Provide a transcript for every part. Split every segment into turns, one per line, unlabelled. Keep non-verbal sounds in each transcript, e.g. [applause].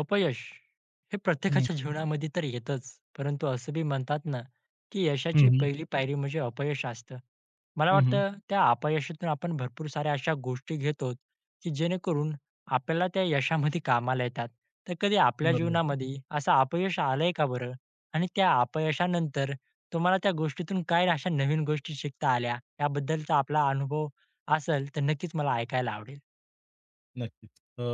अपयश हे
हं.
प्रत्येकाच्या जीवनामध्ये तर येतच. परंतु असं बी म्हणतात ना, की
हं,
यशाची
हं.
पहिली पायरी म्हणजे अपयश असतं. मला
हं, हं.
वाटतं त्या अपयशातून आपण भरपूर साऱ्या अशा गोष्टी घेतो, की जेणेकरून आपल्याला त्या यशामध्ये कामाला येतात. तर कधी आपल्या
बरोबर.
जीवनामध्ये असं अपयश आलंय का बरं? आणि त्या अपयशानंतर तुम्हाला त्या गोष्टीतून काय अशा नवीन गोष्टी शिकता आल्या? याबद्दलचा आपला अनुभव असेल तर नक्कीच मला ऐकायला आवडेल.
नक्कीच. अ,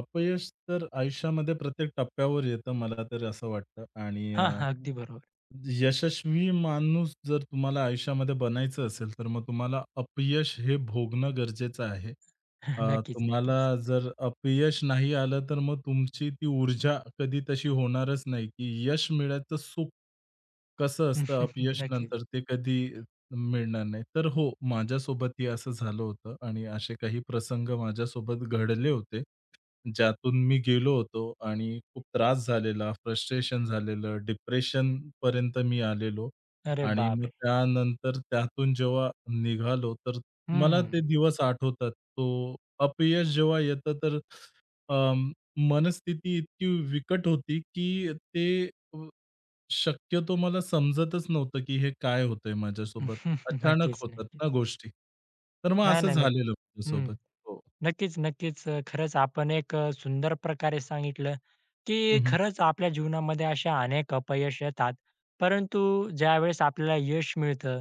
अपयश तर आयुष्यामध्ये प्रत्येक टप्प्यावर येतं मला तरी असं वाटतं आणि
हां, हां. अगदी बरोबर.
यशस्वी माणूस जर तुम्हाला आयुष्यामध्ये बनायचं असेल, तर मग तुम्हाला अपयश हे भोगणं गरजेचं आहे. अ,
[laughs] नक्कीच, नक्कीच.
तुम्हाला जर अपयश नाही आलं, तर मग तुमची ती ऊर्जा कधी तशी होणारच नाही, की यश मिळायचं सुख कसं असतं
[laughs]
अपयश
नक्कीच.
नंतर ते कधी मिळणार नाही. तर हो, माझ्यासोबतही असं झालं होतं आणि असे काही प्रसंग माझ्यासोबत घडले होते. ज्यातून मी गेलो होतो आणि खूप त्रास झालेला, फ्रस्ट्रेशन झालेलं, डिप्रेशनपर्यंत मी आलेलो
अरे
आणि मग
बापरे!
त्यानंतर त्यातून जेव्हा निघालो, तर
हं,
मला ते
हं.
दिवस आठवतात. तो अपयश जेव्हा येतं, तर अं, मनस्थिती इतकी विकट होती, की ते अ, शक्यतो मला समजतच नव्हतं, की हे काय होतंय माझ्यासोबत.
[laughs]
अचानक
नक्कीच,
होतात
नक्कीच.
ना गोष्टी. तर मग
नाही,
असं
नाही. नक्क
झालेलं
हं.
माझ्यासोबत. हो.
नक्कीच, नक्कीच. खरंच आपण एक सुंदर प्रकारे सांगितलं, की
हं, हं.
खरंच आपल्या जीवनामध्ये अशा अनेक अपयश येतात. परंतु ज्यावेळेस आपल्याला यश मिळतं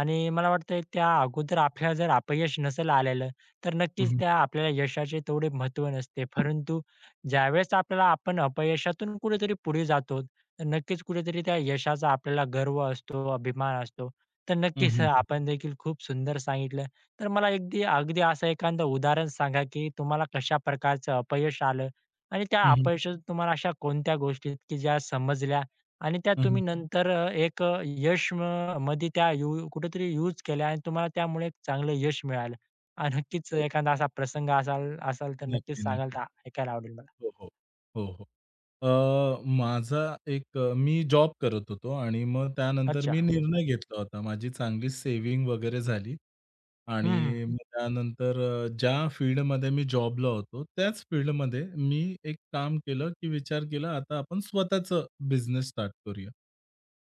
आणि मला वाटतंय त्या अगोदर आपल्याला जर अपयश नसेल आलेलं, तर
हं,
नक्कीच
हं.
त्या आपल्याला यशाचे तेवढे महत्त्व नसते. परंतु ज्यावेळेस आपल्याला आपण अपयशातून कुठेतरी पुढे जातो, तर नक्कीच कुठेतरी त्या यशाचा आपल्याला गर्व असतो, अभिमान असतो. तर नक्कीच
हं,
आपण देखील खूप सुंदर सांगितलं. तर मला अगदी अगदी असं एखादं उदाहरण सांगा, की तुम्हाला कशा प्रकारचं अपयश आलं आणि त्या अपयशातून तुम्हाला अशा कोणत्या गोष्टी आहेत, की ज्या समजल्या आणि त्या
हं, हं.
तुम्ही नंतर एक यश म मध्ये त्या यू कुठेतरी यूज केल्या आणि तुम्हाला त्यामुळे एक चांगलं यश मिळालं? आणि नक्कीच
हो.
एखादा असा प्रसंग असाल असाल तर नक्कीच
नक्की,
सांगाल
नक्की.
तर ऐकायला आवडेल मला.
हो, हो. हो, हो. अ, माझा एक अ, मी जॉब करत होतो आणि मग त्यानंतर
अच्छा.
मी
हं.
निर्णय घेतला होता. माझी चांगली सेव्हिंग वगैरे झाली
हं,
आणि मग त्यानंतर ज्या फील्डमध्ये मी जॉबला होतो, त्याच फील्डमध्ये मी एक काम केलं, की विचार केला, आता आपण स्वतःचं बिझनेस स्टार्ट करूया.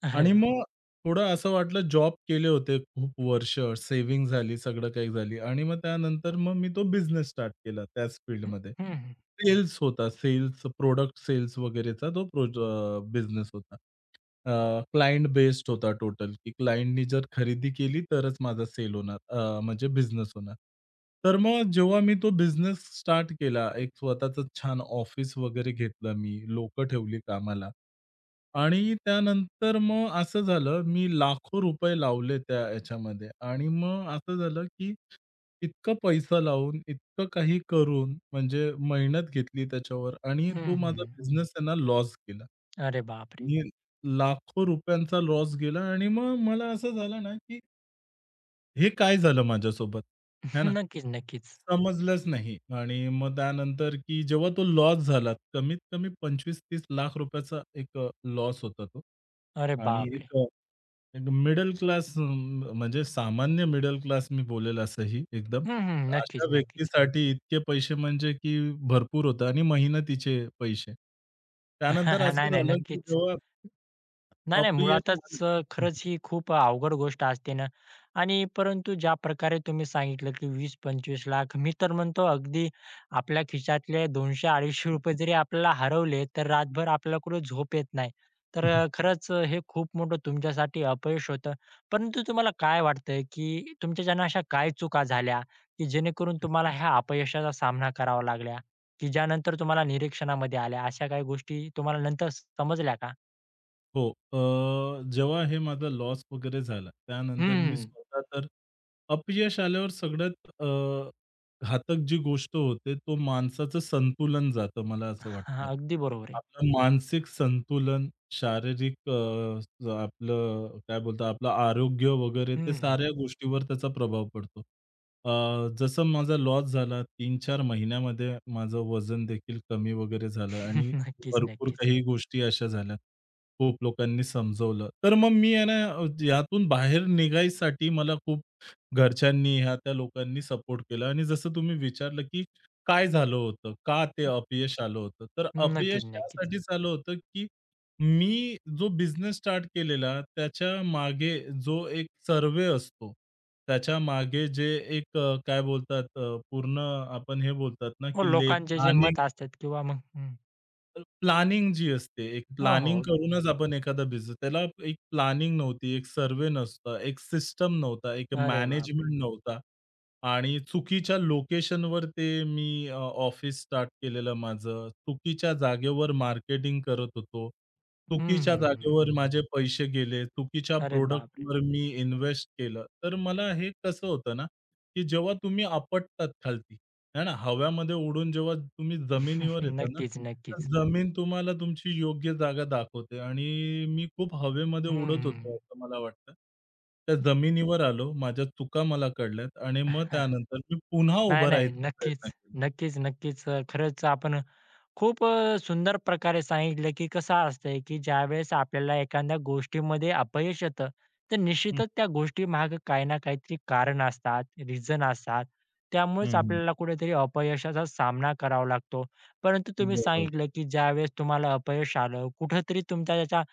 अरे
आणि
वाह!
मग थोडं असं वाटलं, जॉब केले होते खूप वर्ष, सेव्हिंग झाली, सगळं काही झाली आणि मग त्यानंतर मग मी तो बिझनेस स्टार्ट केला त्याच
हं,
फील्डमध्ये.
हं, हं.
सेल्स होता. सेल्स, प्रॉडक्ट सेल्स वगैरेचा तो बिझनेस होता. अ, क्लायंट बेस्ड होता टोटल, की क्लायंटनी जर खरेदी केली तरच माझा सेल होणार म्हणजे बिझनेस होणार. तर मग जेव्हा मी तो बिझनेस स्टार्ट केला, एक स्वतःचं छान ऑफिस वगैरे घेतलं मी, लोकं ठेवली कामाला आणि त्यानंतर मग असं झालं, मी लाखो रुपये लावले त्या याच्यामध्ये आणि मग असं झालं, की इतका पैसा लावून, इतकं काही करून म्हणजे मेहनत घेतली त्याच्यावर आणि तो
हं,
माझा बिझनेस आहे ना लॉस गेला. हं.
अरे बापरे!
मी लाखो रुपयांचा लॉस गेला आणि मग मला असं झालं ना, की हे काय झालं माझ्यासोबत? है ना?
[laughs] नक्कीच, नक्कीच.
समजलंच नाही आणि मग त्यानंतर की जेव्हा तो लॉस झाला, कमीत कमी 25-30 लाख रुपयाचा एक लॉस होता तो.
अरे
आणि
बापरे!
एक एक मिडल क्लास म्हणजे सामान्य मिडल क्लास मी बोलेल असंही एकदम.
हं, हं.
अशा
नक्कीच, नक्कीच.
व्यक्तीसाठी इतके पैसे म्हणजे की भरपूर होतं आणि मेहनतीचे पैसे. त्यानंतर
[laughs]
असं
नाही, नाही.
झालं की
नक्कीच.
जेव्हा
नाही, नाही.
अपयश आलं
मुळातच खरंच ही खूप अवघड गोष्ट असते ना आणि परंतु ज्या प्रकारे तुम्ही सांगितलं, की 20-25 लाख मी तर म्हणतो अगदी आपल्या खिशातले ₹200-250 जरी आपल्याला हरवले, तर रातभर आपल्याकडून झोप येत नाही. तर
[laughs]
खरंच हे खूप मोठं तुमच्यासाठी अपयश होतं. परंतु तुम्हाला काय वाटतंय, की तुमच्याच्यानं अशा काय चुका झाल्या, की जेणेकरून तुम्हाला ह्या अपयशाचा सामना करावा लागला, की ज्यानंतर तुम्हाला निरीक्षणामध्ये आल्या? अशा काही गोष्टी तुम्हाला नंतर समजल्या का?
हो. जेव्हा हे माझा लॉस वगैरे झाला, त्यानंतर मी
हं.
स्वतः तर अपयश आल्यावर सगळ्यात घातक जी गोष्ट होते, तो माणसाचं संतुलन जातं, मला असं
हां,
वाटतं.
अगदी बरोबर आहे.
आपलं मानसिक संतुलन, शारीरिक आपलं काय बोलतात, आपलं आरोग्य वगैरे
हं,
ते साऱ्या
हं.
गोष्टीवर त्याचा प्रभाव पडतो. जसं माझा लॉस झाला 3-4 महिन्यामध्ये माझं वजन देखील कमी वगैरे झालं आणि
[laughs] नक्कीच,
भरपूर
नक्कीच.
काही गोष्टी अशा झाल्या. खूप लोकांनी समजवलं. तर मग मी आहे ना यातून बाहेर निघायसाठी मला खूप घरच्यांनी, ह्या-त्या लोकांनी सपोर्ट केला आणि जसं तुम्ही विचारलं, की काय झालं होतं? का ते अपयश आलं होतं? तर
नक्कीच,
अपयश
नक्कीच.
यासाठीच आलं होतं, की मी जो बिझनेस स्टार्ट केलेला, त्याच्यामागे जो एक सर्व्हे असतो, त्याच्यामागे जे एक काय बोलतात पूर्ण आपण हे बोलतात ना,
मग
की ले
लोकांचे जे मत असतात किंवा मग हं.
तर प्लॅनिंग जी असते, एक
हो, हो.
प्लॅनिंग
अगदी.
करूनच आपण एखादा बिझनेस त्याला एक प्लॅनिंग नव्हती, एक सर्व्हे नसतं, एक सिस्टम नव्हता, एक
अरे बापरे!
मॅनेजमेंट नव्हता आणि चुकीच्या लोकेशनवर ते मी ऑफिस स्टार्ट केलेलं माझं. चुकीच्या जागेवर मार्केटिंग करत होतो.
हं, हं,
चुकीच्या
हं,
जागेवर
हं.
माझे पैसे गेले. चुकीच्या
अरे बापरे!
प्रॉडक्टवर मी इन्व्हेस्ट केलं. तर मला हे कसं होतं ना, की जेव्हा तुम्ही आपटतात खालती नाही ना, हव्यामध्ये उडून जेव्हा तुम्ही
[laughs]
जमिनीवर येता ना,
नक्कीच,
तर
नक्कीच.
जमीन तुम्हाला तुमची योग्य जागा दाखवते आणि मी खूप हवेमध्ये
हं,
उडत
हं.
होतो असं मला वाटतं. त्या जमिनीवर आलो, माझ्या चुका मला कळल्यात आणि मग
[laughs]
त्यानंतर मी पुन्हा
नाही,
उभं
नाही.
राहायचा प्रयत्न
नक्कीच.
केला.
नक्कीच, नक्कीच. खरंच आपण खूप सुंदर प्रकारे सांगितलं, की कसं असतंय, की ज्यावेळेस आपल्याला एखाद्या गोष्टीमध्ये अपयश येतं, तर
हं,
निश्चितच त्या गोष्टीमागे काही ना काहीतरी कारण असतात, रिझन असतात. त्यामुळेच
हं, हं.
आपल्याला कुठेतरी अपयशाचा सामना करावा लागतो. परंतु तुम्ही
बरोबर.
सांगितलं, की ज्यावेळेस तुम्हाला अपयश आलं, कुठेतरी तुमच्या त्याच्या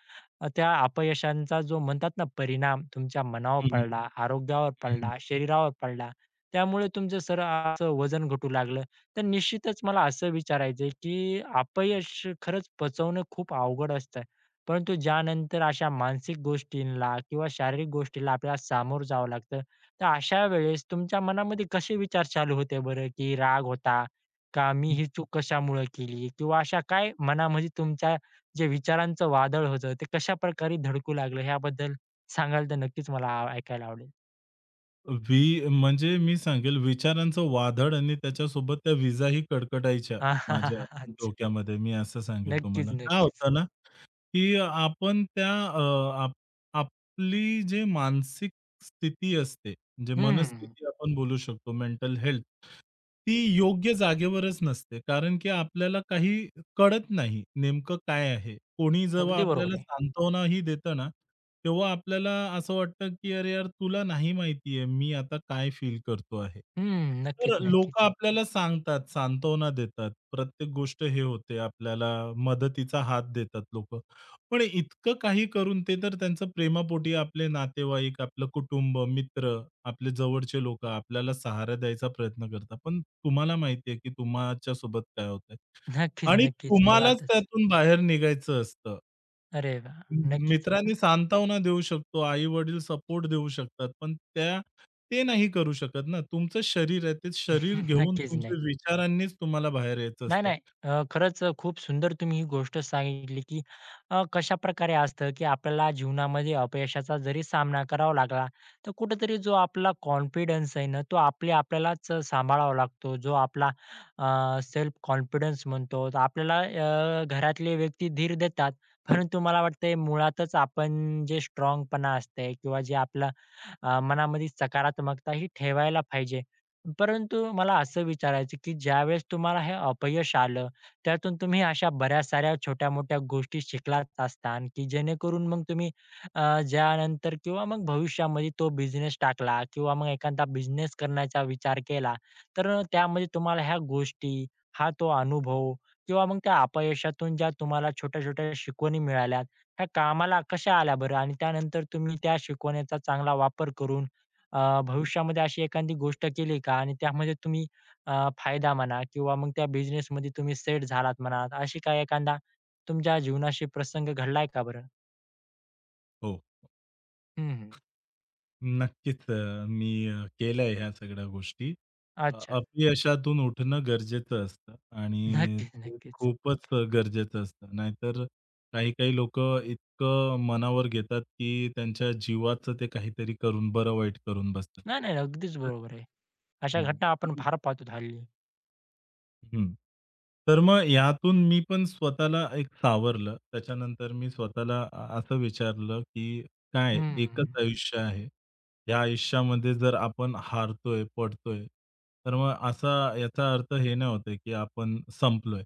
त्या अपयशांचा जो म्हणतात ना परिणाम तुमच्या मनावर
हं, हं,
पडला, आरोग्यावर
हं, हं.
पडला, शरीरावर पडला. त्यामुळे तुमचं असं वजन घटू लागलं. तर निश्चितच मला असं विचारायचंय, की अपयश खरंच पचवणं खूप अवघड असतं. परंतु ज्यानंतर अशा मानसिक गोष्टींना किंवा शारीरिक गोष्टीला आपल्याला सामोरं जावं लागतं. तर अशा वेळेस तुमच्या मनामध्ये कसे विचार चालू होते बरं, की राग होता का? मी ही चूक कशामुळे केली? किंवा अशा काय मनामध्ये तुमच्या जे विचारांचं वादळ होतं, ते कशाप्रकारे धडकू लागलं? ह्याबद्दल सांगाल तर नक्कीच मला ऐकायला आवडेल.
वी म्हणजे मी सांगेल विचारांचं वादळ आणि त्याच्यासोबत त्या विजाही कडकडायच्या माझ्या
[laughs] अच्छा.
डोक्यामध्ये, मी असं सांगेल तुम्हाला.
नक्कीच,
काय
नक्कीच.
होतं ना की आपण त्या अ, आप आपली जे मानसिक स्थिती असते, जे
हं,
मनस्थिती आपण बोलू शकतो, मेंटल हेल्थ, ती योग्य जागेवरच नसते. कारण की आपल्याला काही कळत नाही, नेमकं काय आहे. कोणी जेव्हा
अगदी बरोबर
आपल्याला
आहे.
सांत्वनाही देतं ना, तेव्हा आपल्याला असं वाटतं की "अरे यार, तुला नाही माहिती मी आता काय फील करतो आहे."
हम्म.
तर
नक्कीच,
लोकं
नक्कीच.
आपल्याला सांगतात, सांत्वना देतात, प्रत्येक गोष्ट हे होते, आपल्याला मदतीचा हात देतात लोकं. पण इतकं काही करून ते तर त्यांचं प्रेमापोटी आपले नातेवाईक, आपलं कुटुंब, मित्र, आपले जवळचे लोकं आपल्याला सहारा द्यायचा प्रयत्न करतात. पण तुम्हाला माहिती आहे की तुमच्या सोबत काय होतंय
नक्कीच,
आणि
नक्कीच.
तुम्हालाच
मुळातच.
त्यातून बाहेर निघायचं असतं.
अरे वाह! नक्कीच.
मित्रांनी सांत्वना देऊ शकतो, आई-वडील सपोर्ट देऊ शकतात, पण त्या ते नाही करू शकत ना. तुमचं शरीर आहे, ते शरीर
[laughs]
घेऊन
नक्कीच, नक्कीच.
तुमच्या विचारांनीच तुम्हाला बाहेर यायचं
नाही,
असतं.
नाही. खरंच खूप सुंदर तुम्ही ही गोष्ट सांगितली, की कशाप्रकारे असतं, की आपल्याला जीवनामध्ये अपयशाचा जरी सामना करावा लागला, तर कुठेतरी जो आपला कॉन्फिडन्स आहे ना, तो आपले आपल्यालाच सांभाळावा लागतो. जो आपला सेल्फ कॉन्फिडन्स म्हणतो. तर आपल्याला घरातले व्यक्ती धीर देतात, परंतु मला वाटतंय मुळातच आपण जे स्ट्राँगपणा असते किंवा जे आपलं मनामध्ये सकारात्मकता ही ठेवायला पाहिजे. परंतु मला असं विचारायचं की ज्यावेळेस तुम्हाला हे अपयश आलं, त्यातून तुम्ही अशा बऱ्याच साऱ्या छोट्या-मोठ्या गोष्टी शिकलाच असताल, की जेणेकरून मग तुम्ही ज्यानंतर किंवा मग भविष्यामध्ये तो बिझनेस टाकला किंवा मग एखादा बिझनेस करण्याचा विचार केला, तर त्यामध्ये तुम्हाला ह्या गोष्टी, हा तो अनुभव किंवा मग त्या अपयशातून ज्या तुम्हाला छोट्या-छोट्या शिकवणी मिळाल्या, ह्या कामाला कशा आल्या बरं? आणि त्यानंतर तुम्ही त्या शिकवण्याचा चांगला वापर करून भविष्यामध्ये अशी एखादी गोष्ट केली का? आणि त्यामध्ये तुम्ही फायदा म्हणा किंवा मग त्या बिझनेसमध्ये तुम्ही सेट झालात म्हणा, अशी काही एखादा तुमच्या जीवनाशी प्रसंग घडलाय का बरं?
हो.
हं, हं.
नक्कीच मी केलंय ह्या सगळ्या गोष्टी.
अच्छा.
अपयशातून उठणं गरजेचं असतं आणि
नक्कीच,
ते
नक्कीच.
खूपच गरजेचं असतं. नाहीतर काही-काही लोक इतकं मनावर घेतात, की त्यांच्या जीवाचं ते काहीतरी करून बरं-वाईट करून बसतात.
नाही, नाही. अगदीच
तर
बरोबर आहे. अशा
हं.
घटना आपण
तर
फार पाहतो हल्ली.
हं. तर मग यातून मी पण स्वतःला एक सावरलं. त्याच्यानंतर मी स्वतःला असं विचारलं, की काय
हं, हं.
एकच आयुष्य आहे. या आयुष्यामध्ये जर आपण हारतोय, पडतोय, तर मग असा याचा अर्थ हे नाही होतंय, की आपण संपलोय.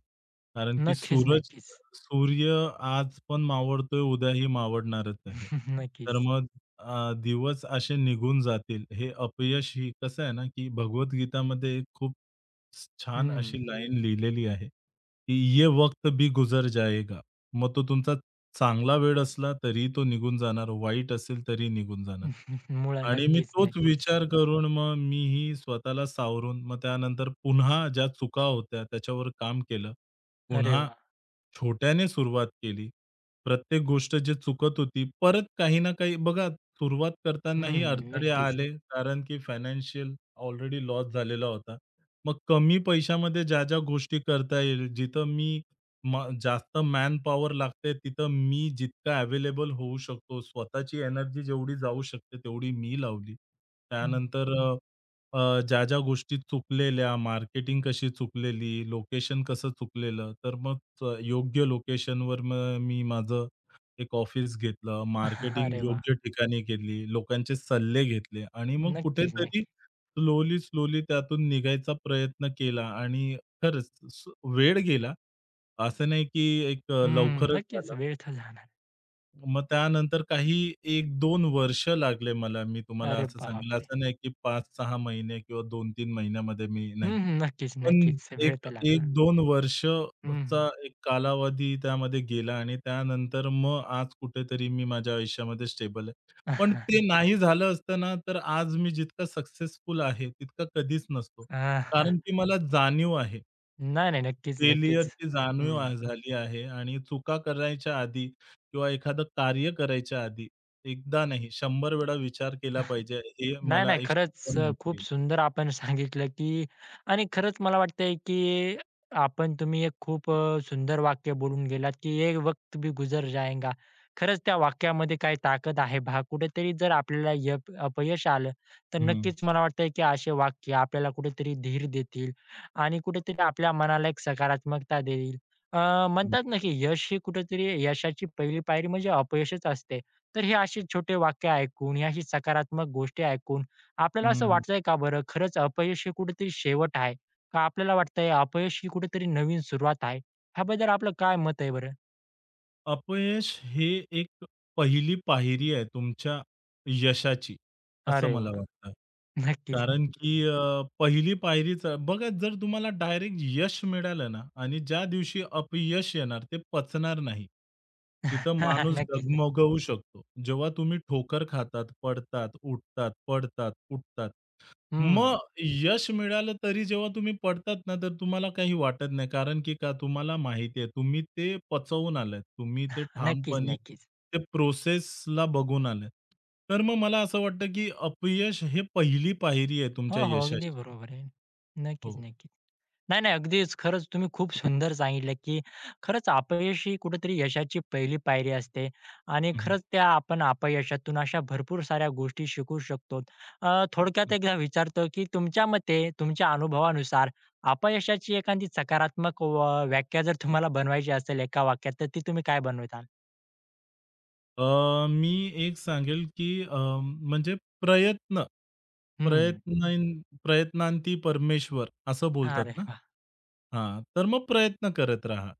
कारण की
नक्कीच, नक्कीच.
सूर्य आज पण मावळतोय, उद्याही मावळणारच आहे.
[laughs]
तर
नक्कीच.
मग दिवस असे निघून जातील. हे अपयश ही कसं आहे ना, की भगवद्गीतामध्ये एक खूप छान अशी
हं.
लाईन लिहिलेली आहे, की "ये वक्त भी गुजर जाएगा." मग तो तुमचा चांगला वेळ असला तरी तो निघून जाणार, वाईट असेल तरी निघून जाणार.
[laughs]
आणि मी
नक्कीच,
तोच
नक्कीच.
विचार करून मग मीही स्वतःला सावरून मग त्यानंतर पुन्हा ज्या चुका होत्या त्याच्यावर काम केलं.
अरे
पुन्हा
वाह!
छोट्याने सुरुवात केली. प्रत्येक गोष्ट जी चुकत होती, परत काही ना काही बघा सुरुवात करतानाही
हं.
अडथळे
नक्कीच.
आले कारण की फायनान्शियल ऑलरेडी लॉस झालेला होता. मग कमी पैशामध्ये ज्या गोष्टी करता येईल, जिथं मी म जास्त मॅन पॉवर लागते, तिथं मी जितका अवेलेबल होऊ शकतो, स्वतःची एनर्जी जेवढी जाऊ शकते, तेवढी मी लावली.
हं.
त्यानंतर अ, अ, ज्या-ज्या गोष्टी चुकलेल्या, मार्केटिंग कशी चुकलेली, लोकेशन कसं चुकलेलं, तर मग योग्य लोकेशनवर मग मी माझं एक ऑफिस घेतलं,
[laughs]
मार्केटिंग
अरे वाह!
योग्य ठिकाणी केली, लोकांचे सल्ले घेतले आणि मग
नक्कीच,
कुठेतरी
नक्कीच.
स्लोली, स्लोली त्यातून निघायचा प्रयत्न केला आणि खरंच वेळ गेला. असं नाही की एक
हं.
लवकरच
नक्कीच.
झालं.
वेळ तर झाला.
मग त्यानंतर काही 1-2 वर्ष लागले मला. मी तुम्हाला
अरे
असं सांगेल,
बापरे!
असं नाही की 5-6 महिने किंवा 2-3 महिन्यामध्ये मी
हं,
नाही.
हं. नक्कीच,
पण
नक्कीच. वेळ
एक
तर लागणार.
1-2
हं,
वर्षचा
हं.
एक कालावधी त्यामध्ये गेला आणि त्यानंतर मग आज कुठेतरी मी माझ्या आयुष्यामध्ये स्टेबल आहे. पण ते
[laughs]
नाही झालं असतं ना, तर आज मी जितका सक्सेसफुल आहे, तितका कधीच नसतो. कारण की मला जाणीव आहे.
नाही, नाही. नक्कीच, नक्कीच.
फेल्युअरची जाणीव
हं.
झाली आहे आणि चुका करायच्या आधी किंवा एखादं कार्य करायच्या आधी एकदा नाही 100 वेळा विचार केला पाहिजे. हे
नाही,
मला
नाही.
एक
खरंच
शिकवण
खूप
भेटली.
सुंदर आपण [laughs] सांगितलं, की आणि खरंच मला वाटतंय, की आपण तुम्ही एक खूप सुंदर वाक्य बोलून गेलात, की "एक वक्त भी गुजर जाएगा." खरंच त्या वाक्यामध्ये काही ताकद आहे पहा. कुठेतरी जर आपल्याला अपयश आलं, तर
हं,
नक्कीच मला वाटतंय, की असे वाक्य आपल्याला कुठेतरी धीर देतील आणि कुठेतरी आपल्या मनाला एक सकारात्मकता देईल.
हं,
म्हणतात ना, की यश ही कुठेतरी यशाची पहिली पायरी म्हणजे अपयशच असते. तर हे असे छोटे वाक्य ऐकून, ही अशी सकारात्मक गोष्टी ऐकून आपल्याला असं वाटतंय का बरं, खरंच अपयश हे कुठेतरी शेवट आहे? का आपल्याला वाटतंय अपयश ही कुठेतरी नवीन सुरुवात आहे? ह्याबद्दल आपलं काय मत आहे बरं?
अपयश हे एक पहिली पायरी आहे तुमच्या यशाची, असं
अरे
मला
वाह!
वाटतं.
नक्कीच,
कारण
नक्कीच.
की पहिली पायरीच बघा जर तुम्हाला डायरेक्ट यश मिळालं ना आणि ज्या दिवशी अपयश येणार ते पचणार नाही. तिथं
[laughs]
माणूस
नक्कीच, नक्कीच.
डगमगू शकतो. जेव्हा तुम्ही ठोकर खातात, पडतात, उठतात, पडतात, उठतात.
हं.
मग यश मिळालं तरी जेव्हा तुम्ही पडतात ना, तर तुम्हाला काही वाटत नाही. कारण की का तुम्हाला माहिती आहे तुम्ही ते पचवून आलात. तुम्ही ते
[laughs] नक्कीच,
ठामपणे
नक्कीच.
ते प्रोसेसला बघून आलात. तर मग मला असं वाटतं की अपयश हे पहिली पायरी आहे
हो,
तुमच्या
हो. अगदी
यशाची.
बरोबर आहे. नक्कीच,
हो.
नक्कीच. नाही, नाही. अगदीच. खरंच तुम्ही खूप सुंदर सांगितलं, की खरंच अपयश ही कुठेतरी यशाची पहिली पायरी असते आणि
हं,
खरंच त्या आपण अपयशातून अशा भरपूर साऱ्या गोष्टी शिकू शकतो. थोडक्यात एकदा विचारतो, की तुमच्या मते, तुमच्या अनुभवानुसार अपयशाची एखादी सकारात्मक व व्याख्या जर तुम्हाला बनवायची असेल एका वाक्यात, तर ती तुम्ही काय बनवताल?
मी एक सांगेल, की म्हणजे प्रयत्न,
हं.
प्रयत्न प्रयत्नांती परमेश्वर असं बोलतात
अरे
ना?
वाह!
हां, तर मग प्रयत्न करत राहा.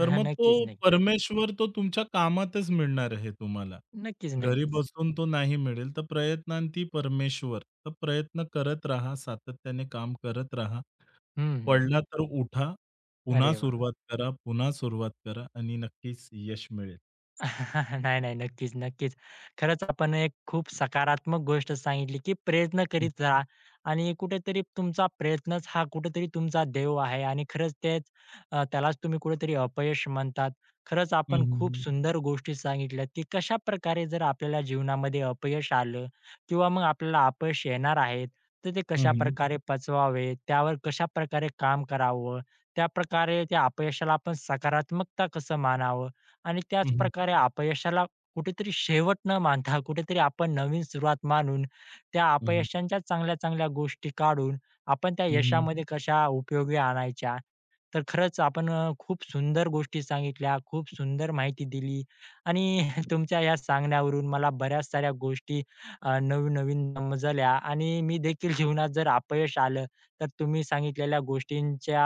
तर मग तो
नक्कीच, नक्कीच.
परमेश्वर तो तुमच्या कामातच मिळणार आहे तुम्हाला.
नक्कीच,
घरी
नक्कीच.
बसून तो नाही मिळेल. तर प्रयत्नांती परमेश्वर. तर प्रयत्न करत राहा, सातत्याने काम करत राहा.
हं,
पडला तर उठा, पुन्हा
अरे वाह!
सुरुवात करा, पुन्हा सुरुवात करा आणि नक्कीच यश मिळेल.
[laughs] नाही, नाही. नक्कीच, नक्कीच. खरंच आपण एक खूप सकारात्मक गोष्ट सांगितली, की प्रयत्न
हं,
करीत राहा आणि कुठेतरी तुमचा प्रयत्नच हा कुठेतरी तुमचा देव आहे आणि खरंच तेच त्यालाच तुम्ही कुठेतरी अपयश म्हणतात. खरंच आपण खूप
हं,
सुंदर गोष्टी सांगितल्यात, की कशाप्रकारे जर आपल्याला जीवनामध्ये अपयश आलं किंवा मग आपल्याला अपयश येणार आहे, तर ते
हं,
कशाप्रकारे पचवावे, त्यावर कशाप्रकारे काम करावं, त्याप्रकारे त्या अपयशाला आपण सकारात्मकता कसं मानावं आणि
हं,
त्याच
हं.
प्रकारे अपयशाला कुठेतरी शेवट न मानता कुठेतरी आपण नवीन सुरुवात मानून त्या
हं, हं.
अपयशांच्या चांगल्या चांगल्या गोष्टी काढून आपण त्या यशामध्ये कशा उपयोगी आणायच्या. तर खरंच आपण खूप सुंदर गोष्टी सांगितल्या, खूप सुंदर माहिती दिली आणि [laughs] तुमच्या या सांगण्यावरून मला बऱ्याच साऱ्या गोष्टी नवीन-नवीन समजल्या आणि मी देखील जीवनात जर अपयश आलं, तर तुम्ही सांगितलेल्या गोष्टींच्या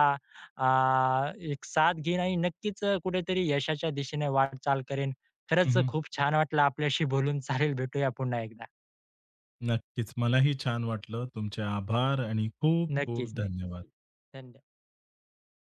एक साथ घेईन आणि नक्कीच कुठेतरी यशाच्या दिशेने वाटचाल करेन. खरंच खूप छान वाटलं आपल्याशी बोलून. चालेल, भेटूया पुन्हा एकदा.
नक्कीच. मलाही छान वाटलं. तुमचे आभार आणि खूप खूप
नक्कीच, नक्कीच.
धन्यवाद.
धन्यवाद.